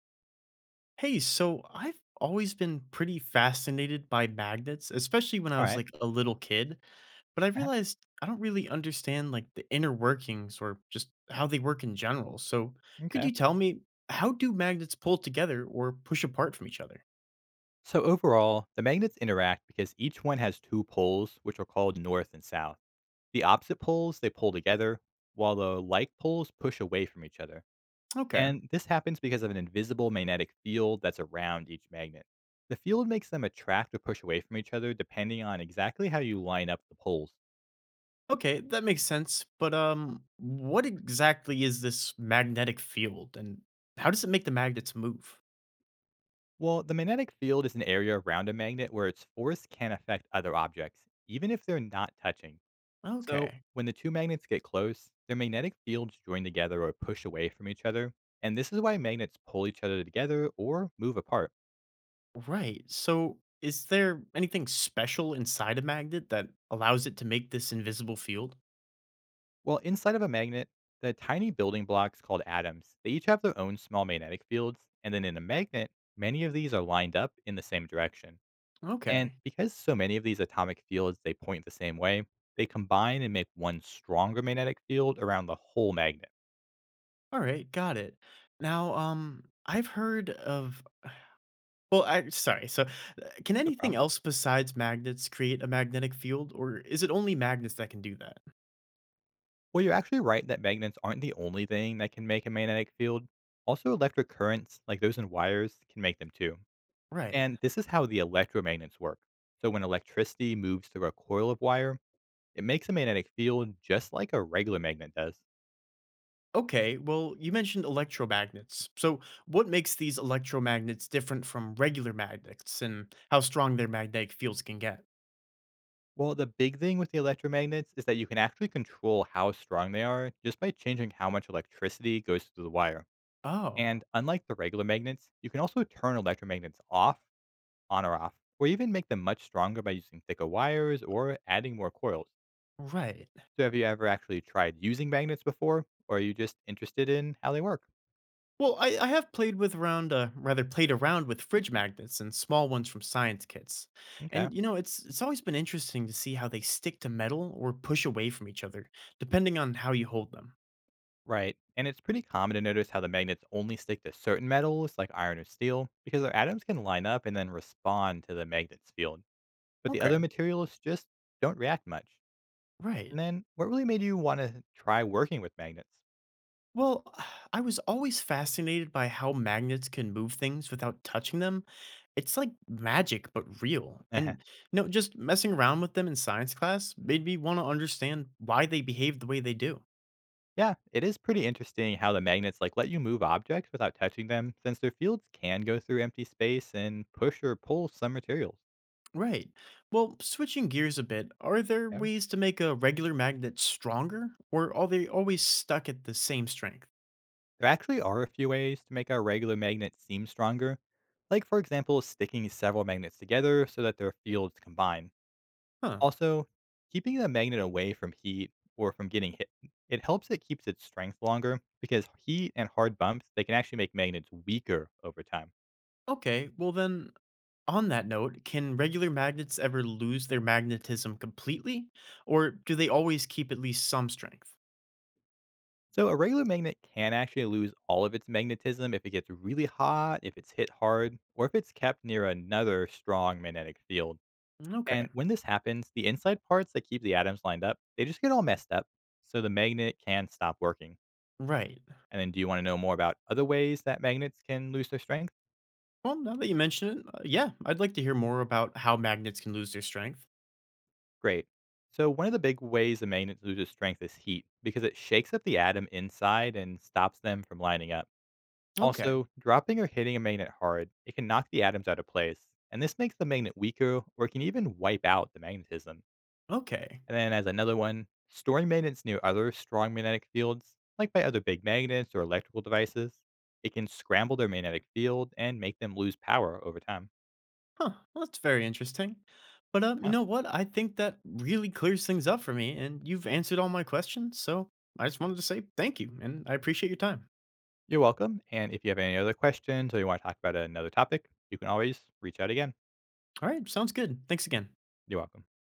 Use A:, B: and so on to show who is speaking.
A: Hey, so I've always been pretty fascinated by magnets, especially when I was
B: Alright.
A: like a little kid, but I
B: Uh-huh.
A: realized I don't really understand like the inner workings or just how they work in general. So, could
B: M'kay.
A: you tell me how do magnets pull together or push apart from each other?
B: So overall, the magnets interact because each one has 2 poles, which are called north and south. The opposite poles, they pull together, while the like poles push away from each other.
A: Okay.
B: And this happens because of an invisible magnetic field that's around each magnet. The field makes them attract or push away from each other depending on exactly how you line up the poles.
A: Okay, that makes sense, but what exactly is this magnetic field and how does it make the magnets move?
B: Well, the magnetic field is an area around a magnet where its force can affect other objects, even if they're not touching. So,
A: Okay.
B: when the two magnets get close, their magnetic fields join together or push away from each other, and this is why magnets pull each other together or move apart.
A: Right. So, is there anything special inside a magnet that allows it to make this invisible field?
B: Well, inside of a magnet, the tiny building blocks called atoms, they each have their own small magnetic fields, and then in a magnet, many of these are lined up in the same direction. And
A: Okay.
B: because so many of these atomic fields they point the same way, they combine and make one stronger magnetic field around the whole magnet.
A: All right, got it. Now, I've heard of well, I sorry. So, can
B: No
A: anything
B: problem.
A: else besides magnets create a magnetic field or is it only magnets that can do that?
B: Well, you're actually right that magnets aren't the only thing that can make a magnetic field. Also, electric currents, like those in wires, can make them too.
A: Right.
B: And this is how the electromagnets work. So, when electricity moves through a coil of wire, it makes a magnetic field just like a regular magnet does.
A: Okay. Well, you mentioned electromagnets. So, what makes these electromagnets different from regular magnets and how strong their magnetic fields can get?
B: Well, the big thing with the electromagnets is that you can actually control how strong they are just by changing how much electricity goes through the wire.
A: Oh,
B: And unlike the regular magnets, you can also turn electromagnets off on or off, or even make them much stronger by using thicker wires or adding more coils.
A: right.
B: So, have you ever actually tried using magnets before, or are you just interested in how they work?
A: Well, I have played with around, rather played around with fridge magnets and small ones from science kits,
B: Okay.
A: and it's always been interesting to see how they stick to metal or push away from each other, depending on how you hold them.
B: Right. And it's pretty common to notice how the magnets only stick to certain metals like iron or steel because their atoms can line up and then respond to the magnet's field. But the other
A: Okay.
B: materials just don't react much. And
A: Right.
B: then what really made you want to try working with magnets?
A: Well, I was always fascinated by how magnets can move things without touching them. It's like magic, but real. And just messing around with them in science class made me want to understand why they behave the way they do.
B: Yeah, it is pretty interesting how the magnets like let you move objects without touching them since their fields can go through empty space and push or pull some materials.
A: Right. Well, switching gears a bit, are there
B: Yeah.
A: ways to make a regular magnet stronger, or are they always stuck at the same strength?
B: There actually are a few ways to make our regular magnet seem stronger, like for example, sticking several magnets together so that their fields combine.
A: Huh.
B: Also, keeping the magnet away from heat or from getting hit. It helps it keeps its strength longer because heat and hard bumps, they can actually make magnets weaker over time.
A: Okay, well then, on that note, can regular magnets ever lose their magnetism completely, or do they always keep at least some strength?
B: So a regular magnet can actually lose all of its magnetism if it gets really hot, if it's hit hard, or if it's kept near another strong magnetic field.
A: Okay,
B: And when this happens, the inside parts that keep the atoms lined up, they just get all messed up. So the magnet can stop working.
A: right.
B: And then do you want to know more about other ways that magnets can lose their strength?
A: Well, now that you mention it, yeah, I'd like to hear more about how magnets can lose their strength.
B: Great. So one of the big ways a magnet loses strength is heat because it shakes up the atom inside and stops them from lining up.
A: Okay,
B: Also, dropping or hitting a magnet hard, it can knock the atoms out of place, and this makes the magnet weaker or can even wipe out the magnetism.
A: okay.
B: And then, as another one, storing magnets near other strong magnetic fields, like by other big magnets or electrical devices, it can scramble their magnetic field and make them lose power over time.
A: Huh. Well, that's very interesting. But you
B: Yeah,
A: know what? I think that really clears things up for me, and you've answered all my questions. So I just wanted to say thank you, and I appreciate your time.
B: you're welcome. And if you have any other questions or you want to talk about another topic, you can always reach out again.
A: All right, sounds good. Thanks again.
B: You're welcome.